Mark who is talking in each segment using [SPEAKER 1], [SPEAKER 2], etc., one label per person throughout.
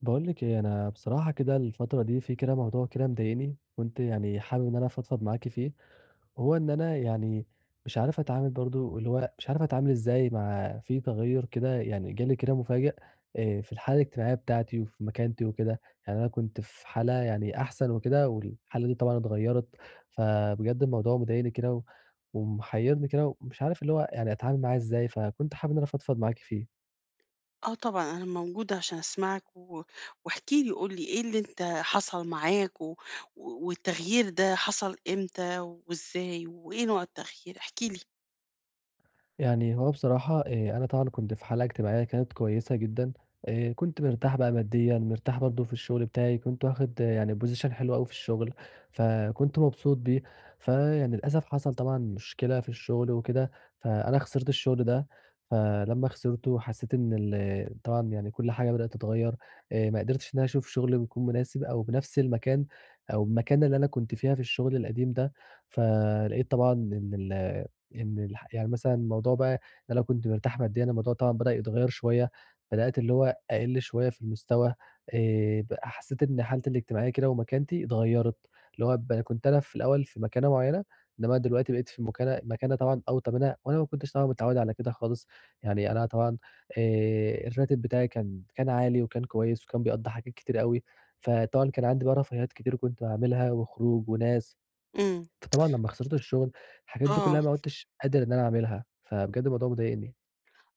[SPEAKER 1] باقول لِك إيه، أنا بصراحة كده الفترة دي في كده موضوع كده مضايقني، كنت يعني حابب إن أنا أفضفض معاكِ فيه. وهو إن أنا يعني مش عارف أتعامل برضه، اللي هو مش عارف أتعامل إزاي مع في تغيُّر كده يعني جالي كده مفاجئ في الحالة الاجتماعية بتاعتي وفي مكانتي وكده. يعني أنا كنت في حالة يعني أحسن وكده والحالة دي طبعًا اتغيّرت. فبجد الموضوع مضايقني كده و ومحيّرني كده ومش عارف اللي هو يعني أتعامل معاه إزاي، فكنت حابب إن أنا أفضفض معاكِ فيه.
[SPEAKER 2] آه طبعًا، أنا موجودة عشان أسمعك واحكِ لي، قُل لي إيه اللي أنت حصل معاك و و- والتغيير ده حصل إمتى وإزاي وإيه نوع التغيير؟ احكِ لي.
[SPEAKER 1] يعني هو بصراحة أنا طبعًا كنت في حالة اجتماعية كانت كويسة جدًا. كنت مرتاح بقى ماديًا، مرتاح برضه في الشغل بتاعي، كنت واخد يعني position حلو أوي في الشغل، فكنت مبسوط بيه، فيعني للأسف حصل طبعًا مشكلة في الشغل وكده، فأنا خسرت الشغل ده. فلمّا خسرته حسيت إن ال طبعًا يعني كل حاجة بدأت تتغيّر. ما قدرتش إن أنا أشوف شغل بيكون مناسب أو بنفس المكان أو المكانة اللي أنا كنت فيها في الشغل القديم ده. فلقيت طبعًا إن ال إن الح يعني مثلًا الموضوع بقى إن أنا لو كنت مرتاح ماديًا، الموضوع طبعًا بدأ يتغيّر شوية، بدأت اللي هو أقِل شوية في المستوى. ب حسّيت إن حالتي الاجتماعية كده ومكانتي اتغيّرت، اللي هو كنت أنا في الأول في مكانة معيّنة، إنّما دلوقتي بقيت في مكانة طبعًا أوطى منها وأنا ما كنتش طبعًا متعوّد على كده خالص. يعني أنا طبعًا الراتب بتاعي كان عالي وكان كويس وكان بيقضّي حاجات كتير أوي، فطبعًا كان عندي بقى رفاهيات كتير كنت باعملها وخروج وناس.
[SPEAKER 2] إمم.
[SPEAKER 1] فطبعًا لمّا خسرت الشغل، الحاجات دي
[SPEAKER 2] آه.
[SPEAKER 1] كلّها ما عُدتش قادر إن أنا أعملها، فبجد الموضوع مضايقني.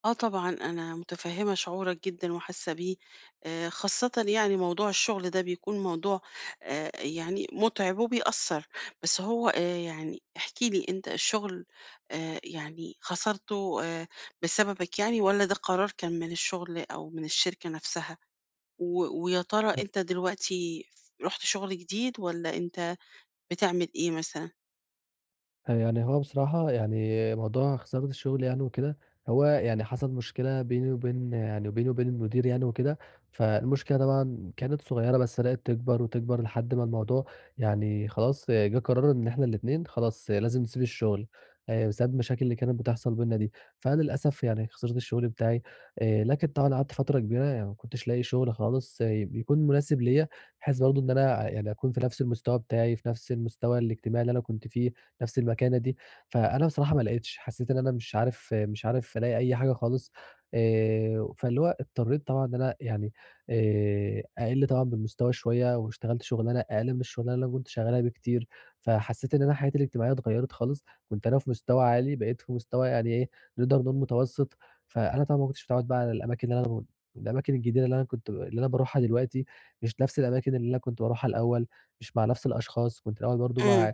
[SPEAKER 2] آه طبعًا، أنا متفهّمة شعورك جدًا وحاسة بيه، خاصةً يعني موضوع الشغل ده بيكون موضوع يعني مُتعب وبيأثّر، بس هو يعني احكِ لي أنت الشغل يعني خسرته بسببك يعني والّا ده قرار كان من الشغل أو من الشركة نفسها؟ و ويا ترى أنت دلوقتي رُحت شغل جديد والّا أنت بتعمل إيه مثلًا؟
[SPEAKER 1] يعني هو بصراحة يعني موضوع خسارة الشغل يعني وكده، هو يعني حصل مشكلة بيني وبين المدير يعني وكده، فالمشكلة طبعا كانت صغيرة بس بدأت تكبر وتكبر لحد ما الموضوع يعني خلاص جه قرار ان احنا الاتنين خلاص لازم نسيب الشغل، بسبب المشاكل اللي كانت بتحصل بينا دي. فأنا للأسف يعني خسرت الشغل بتاعي، لكن طبعا قعدت فترة كبيرة يعني ما كنتش لاقي شغل خالص يكون مناسب ليا، بحيث برضه ان انا يعني اكون في نفس المستوى بتاعي في نفس المستوى الاجتماعي اللي انا كنت فيه نفس المكانة دي. فأنا بصراحة ما لقيتش، حسيت إن أنا مش عارف ألاقي أي حاجة خالص. فاللي هو اضطريت طبعًا إن أنا يعني أقِل طبعًا بالمستوى شوية، واشتغلت شغلانة أقل من الشغلانة اللي أنا كنت شغالها بكتير، فحسيت إن أنا حياتي الاجتماعية اتغيرت خالص. كنت أنا في مستوى عالي، بقيت في مستوى يعني إيه، نقدر نقول متوسط. فأنا طبعًا ما كنتش متعوّد بقى على الأماكن اللي أنا ب الأماكن الجديدة اللي أنا باروحها دلوقتي، مش نفس الأماكن اللي أنا كنت باروحها الأول، مش مع نفس الأشخاص، كنت الأول برضه
[SPEAKER 2] إمم.
[SPEAKER 1] مع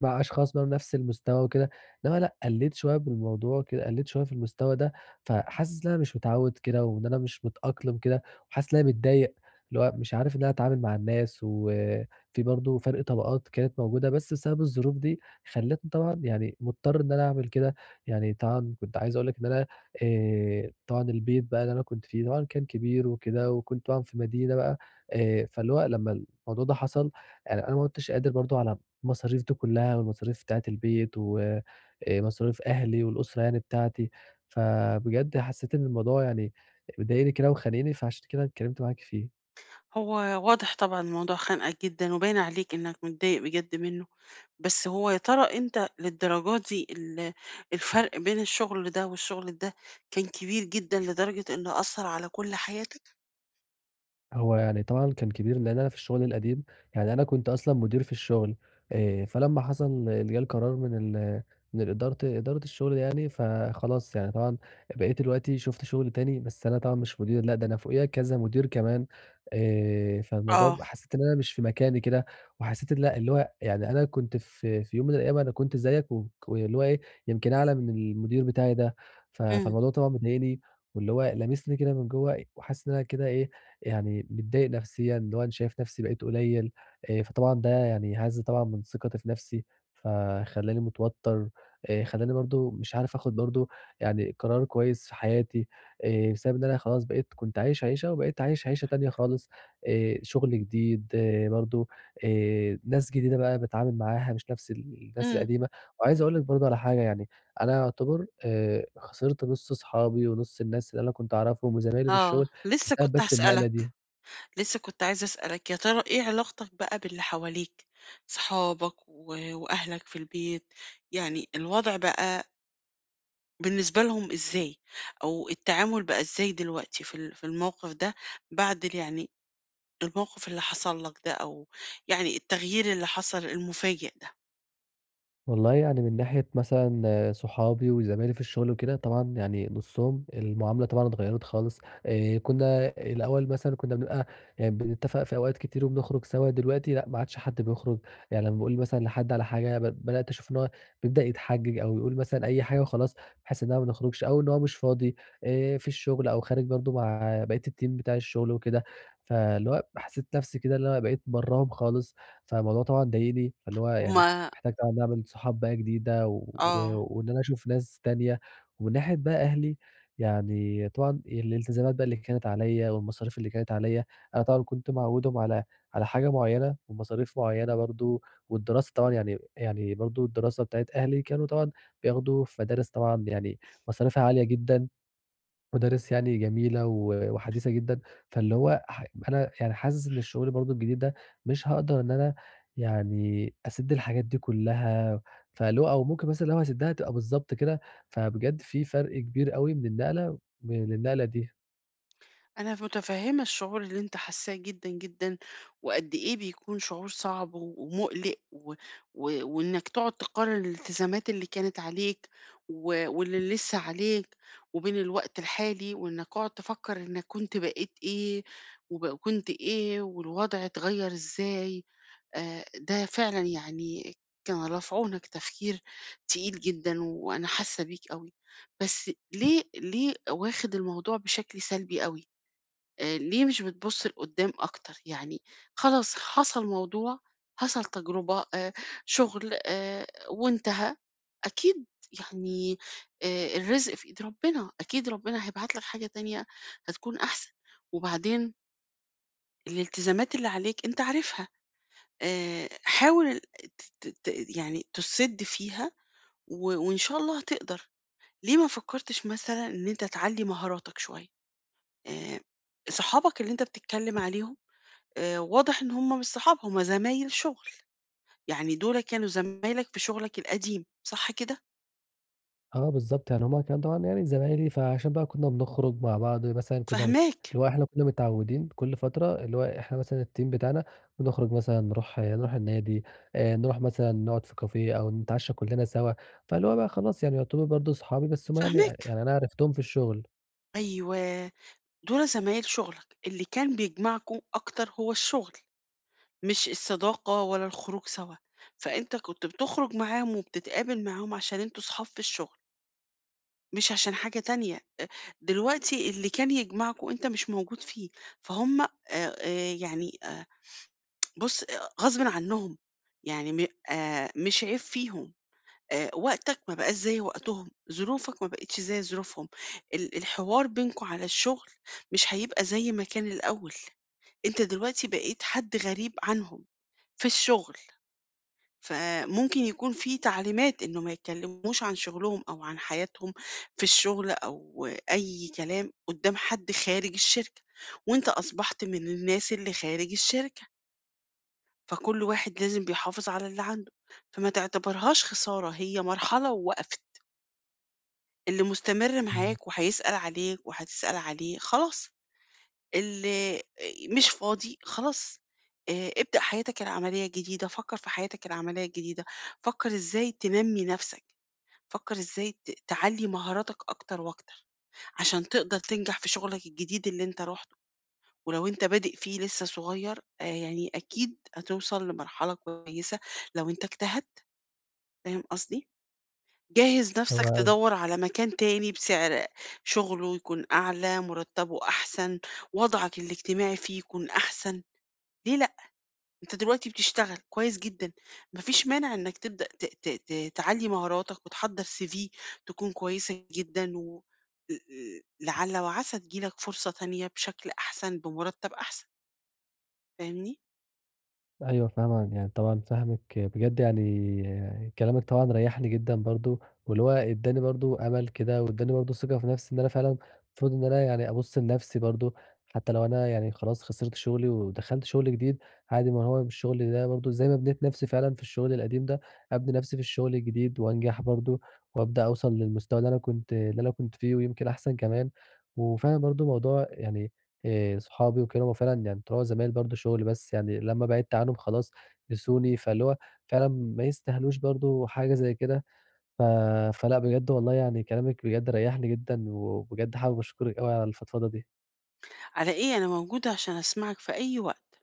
[SPEAKER 1] مع أشخاص بقى بنفس المستوى وكده. إنما لأ قلّيت شوية بالموضوع كده، قلّيت شوية في المستوى ده، فحاسس إن أنا مش متعوّد كده وإن أنا مش متأقلم كده، وحاسس إن أنا متضايق، اللي هو مش عارف إن أنا أتعامل مع الناس، وفي برضه فرق طبقات كانت موجودة، بس بسبب الظروف دي خلّتني طبعًا يعني مضطر إن أنا أعمل كده. يعني طبعًا كنت عايز أقول لك إن أنا طبعًا البيت بقى اللي أنا كنت فيه طبعًا كان كبير وكده، وكنت طبعًا في مدينة بقى، فاللي هو لمّا الموضوع ده حصل يعني أنا ما عُدتش قادر برضه على المصاريف دي كلّها والمصاريف بتاعة البيت و مصاريف أهلي والأسرة يعني بتاعتي، فبجد حسّيت إن الموضوع يعني مضايقني كده وخانقني، فعشان كده اتكلّمت معاكِ فيه.
[SPEAKER 2] هو واضح طبعًا الموضوع خانقك جدًا وباين عليك إنك متضايق بجد منّه. بس هو يا ترى أنت للدرجة دي الفرق بين الشغل ده والشغل ده كان كبير جدًا لدرجة إنه أثّر على كل حياتك؟
[SPEAKER 1] هو يعني طبعًا كان كبير، لإن أنا في الشغل القديم يعني أنا كنت أصلًا مدير في الشغل. فلمّا حصل جه القرار من ال من إدارة الشغل يعني، فخلاص يعني طبعًا بقيت دلوقتي شُفت شغل تاني، بس أنا طبعًا مش مدير، لأ، ده أنا فوقيّا كذا مدير كمان. فالموضوع
[SPEAKER 2] آه.
[SPEAKER 1] حسيت إن أنا مش في مكاني كده، وحسيت إن لأ، اللي هو يعني أنا كنت في يوم من الأيام أنا كنت زيّك واللي هو إيه، يمكن أعلى من المدير بتاعي ده.
[SPEAKER 2] إمم.
[SPEAKER 1] فالموضوع طبعًا مضايقني، واللي هو لامسني كده من جوّه، وحاسس إن أنا كده إيه، يعني متضايق نفسيًا، اللي هو أنا شايف نفسي بقيت قليل. فطبعًا ده يعني هَز طبعًا من ثقتي في نفسي، فخلّاني متوتر. خلّاني برضه مش عارف آخد برضه يعني قرار كويس في حياتي، بسبب إن أنا خلاص بقيت كنت عايش عيشة وبقيت عايش عيشة تانية خالص. شغل جديد برضه. ناس جديدة بقى باتعامل معاها مش نفس الناس
[SPEAKER 2] إمم.
[SPEAKER 1] القديمة. وعايز أقول لِك برضه على حاجة يعني أنا أعتبر خسرت نُص صحابي ونُص الناس اللي أنا كنت أعرفهم وزمايلي في
[SPEAKER 2] آه،
[SPEAKER 1] الشغل
[SPEAKER 2] لسه
[SPEAKER 1] بسبب
[SPEAKER 2] كنت
[SPEAKER 1] بس النقلة
[SPEAKER 2] هاسألك،
[SPEAKER 1] دي.
[SPEAKER 2] لسه كنت عايزة أسألك يا ترى إيه علاقتك بقى باللي حواليك، صحابك و وأهلك في البيت، يعني الوضع بقى بالنسبة لهم إزاي، أو التعامل بقى إزاي دلوقتي في الموقف ده بعد ال يعني الموقف اللي حصل لك ده أو يعني التغيير اللي حصل المفاجئ ده.
[SPEAKER 1] والله يعني من ناحية مثلًا صحابي وزمايلي في الشغل وكده، طبعًا يعني نُصّهم المعاملة طبعًا اتغيّرت خالص. كنا الأول مثلًا كنا بنبقى يعني بنتفق في أوقات كتير وبنخرج سوا، دلوقتي لأ ما عادش حد بيخرج. يعني لمّا باقول مثلًا لحد على حاجة بدأت أشوف إن هو بيبدأ يتحجج أو يقول مثلًا أي حاجة وخلاص، بحيث إن أنا ما نخرجش أو إن هو مش فاضي في الشغل أو خارج برضه مع بقية الteam بتاع الشغل وكده. فاللي هو حسيت نفسي كده اللي أنا بقيت براهم خالص، فالموضوع طبعًا ضايقني، فاللي هو
[SPEAKER 2] هُم.
[SPEAKER 1] يعني محتاج طبعًا إن أنا أعمل صحاب بقى جديدة
[SPEAKER 2] آه.
[SPEAKER 1] وإن أنا أشوف ناس تانية. ومن ناحية بقى أهلي، يعني طبعًا الالتزامات بقى اللي كانت عليّا والمصاريف اللي كانت عليّا، أنا طبعًا كنت معوّدهم على حاجة معيّنة ومصاريف معيّنة برضه. والدراسة طبعًا يعني برضه الدراسة بتاعة أهلي كانوا طبعًا بياخدوا في مدارس طبعًا يعني مصاريفها عالية جدًا، مدارس يعني جميلة و وحديثة جدًا. فاللي هو أنا يعني حاسس إن الشغل برضه الجديد ده مش هاقدر إن أنا يعني أسِد الحاجات دي كلّها، فاللي هو أو ممكن مثلًا لو هاسِدّها تبقى بالضبط كده، فبجد في فرق كبير أوي من النقلة دي.
[SPEAKER 2] أنا متفهّمة الشعور اللي أنت حاسّاه جدًا، جدًا، وقد إيه بيكون شعور صعب و ومُقلِق و و وإنّك تقعد تقارن الالتزامات اللي كانت عليك و واللي لسّه عليك وبين الوقت الحالي، وإنّك تقعد تفكّر إنّك كنت بقيت إيه وب وكنت إيه والوضع اتغيّر إزاي. ده فعلًا يعني كان رافع عنك تفكير تقيل جدًا وأنا حاسة بيك أوي، بس ليه واخد الموضوع بشكل سلبي أوي؟ ليه مش بتبُص لقدّام أكتر؟ يعني خلاص حصل موضوع، حصل تجربة، شغل، وانتهى. أكيد يعني الرزق في إيد ربنا، أكيد ربنا هيبعت لك حاجة تانية هتكون أحسن. وبعدين الالتزامات اللي عليك أنت عارفها. حاول ت ت ت يعني تُسِد فيها و وإن شاء الله هتقدر. ليه ما فكّرتش مثلًا إن أنت تعلّي مهاراتك شوية؟ آآ، صحابك اللي أنت بتتكلّم عليهم واضح إن هم مش صحاب، هم زمايل شغل، يعني دُول كانوا زمايلك في شغلك القديم، صح كده؟
[SPEAKER 1] آه بالضبط، يعني هُم كانوا طبعًا يعني زمايلي، فعشان بقى كنا بنخرج مع بعض مثلًا كنا
[SPEAKER 2] فاهماك.
[SPEAKER 1] اللي هو إحنا كنا متعودين كل فترة اللي هو إحنا مثلًا الteam بتاعنا بنخرج مثلًا نروح النادي. نروح مثلًا نقعد في كافيه أو نتعشى كلنا سوا. فاللي هو بقى خلاص يعني يعتبروا برضه صحابي، بس هُم يعني
[SPEAKER 2] فاهماك.
[SPEAKER 1] يعني أنا عرفتهم في الشغل.
[SPEAKER 2] أيوه، دُول زمايل شغلك، اللي كان بيجمعكم أكتر هو الشغل. مش الصداقة ولا الخروج سوا، فأنت كنت بتخرج معاهم وبتتقابل معاهم عشان أنتم صحاب في الشغل، مش عشان حاجة تانية. دلوقتي اللي كان يجمعكم أنت مش موجود فيه، فهُم بُص آه، غصبٍ عنهم، يعني م مش عيب فيهم، وقتك ما بقاش زي وقتهم، ظروفك ما بقتش زي ظروفهم، الحوار بينكم على الشغل مش هيبقى زي ما كان الأول، أنت دلوقتي بقيت حد غريب عنهم في الشغل. فممكن يكون في تعليمات إنه ما يتكلموش عن شغلهم أو عن حياتهم في الشغل أو أي كلام قدام حد خارج الشركة، وأنت أصبحت من الناس اللي خارج الشركة، فكل واحد لازم بيحافظ على اللي عنده، فما تعتبرهاش خسارة، هي مرحلة ووقفت، اللي مستمر
[SPEAKER 1] إمم.
[SPEAKER 2] معاك وهيسأل عليك وهتسأل عليه خلاص، اللي مش فاضي خلاص. ابدأ حياتك العملية الجديدة، فكر في حياتك العملية الجديدة، فكر إزاي تنمي نفسك. فكر إزاي تعلّي مهاراتك أكتر وأكتر، عشان تقدر تنجح في شغلك الجديد اللي أنت رُحته، ولو أنت بادئ فيه لسه صغير يعني أكيد هتوصل لمرحلة كويسة لو أنت اجتهدت، فاهم قصدي؟ جهّز نفسك
[SPEAKER 1] هو
[SPEAKER 2] تدوّر على مكان تاني بسعر شغله يكون أعلى، مُرتّبه أحسن، وضعك الاجتماعي فيه يكون أحسن، ليه لأ؟ أنت دلوقتي بتشتغل كويس جدًا، ما فيش مانع إنك تبدأ ت ت ت تعلّي مهاراتك وتحضّر CV تكون كويسة جدًا و لعل وعسى تيجي لك فرصة تانية بشكل أحسن بمرتب أحسن، فاهمني؟
[SPEAKER 1] أيوه فاهمًا، يعني طبعًا فاهمِك بجد يعني كلامِك طبعًا ريّحني جدًا برضه، واللي هو ادّاني برضه أمل كده، وادّاني برضه ثقة في نفسي إن أنا فعلًا المفروض إن أنا يعني أبُص لنفسي برضه، حتى لو أنا يعني خلاص خسرت شغلي ودخلت شغل جديد، عادي ما هو الشغل ده برضه زي ما بنيت نفسي فعلًا في الشغل القديم ده، أبني نفسي في الشغل الجديد وأنجح برضه، وأبدأ أوصل للمستوى اللي أنا كنت فيه ويمكن أحسن كمان. وفعلًا برضه موضوع يعني صحابي وكده، هم فعلًا يعني بتوع زمان برضه شغل بس يعني لمّا بعدت عنهم خلاص نسوني، فاللي هو فعلًا ما يستاهلوش برضه حاجة زي كده. ف فلأ بجد والله يعني كلامِك بجد ريّحني جدًا، وبجد حابب أشكرِك أوي على الفضفضة دي.
[SPEAKER 2] على إيه، أنا موجودة عشان أسمعك في أي وقت.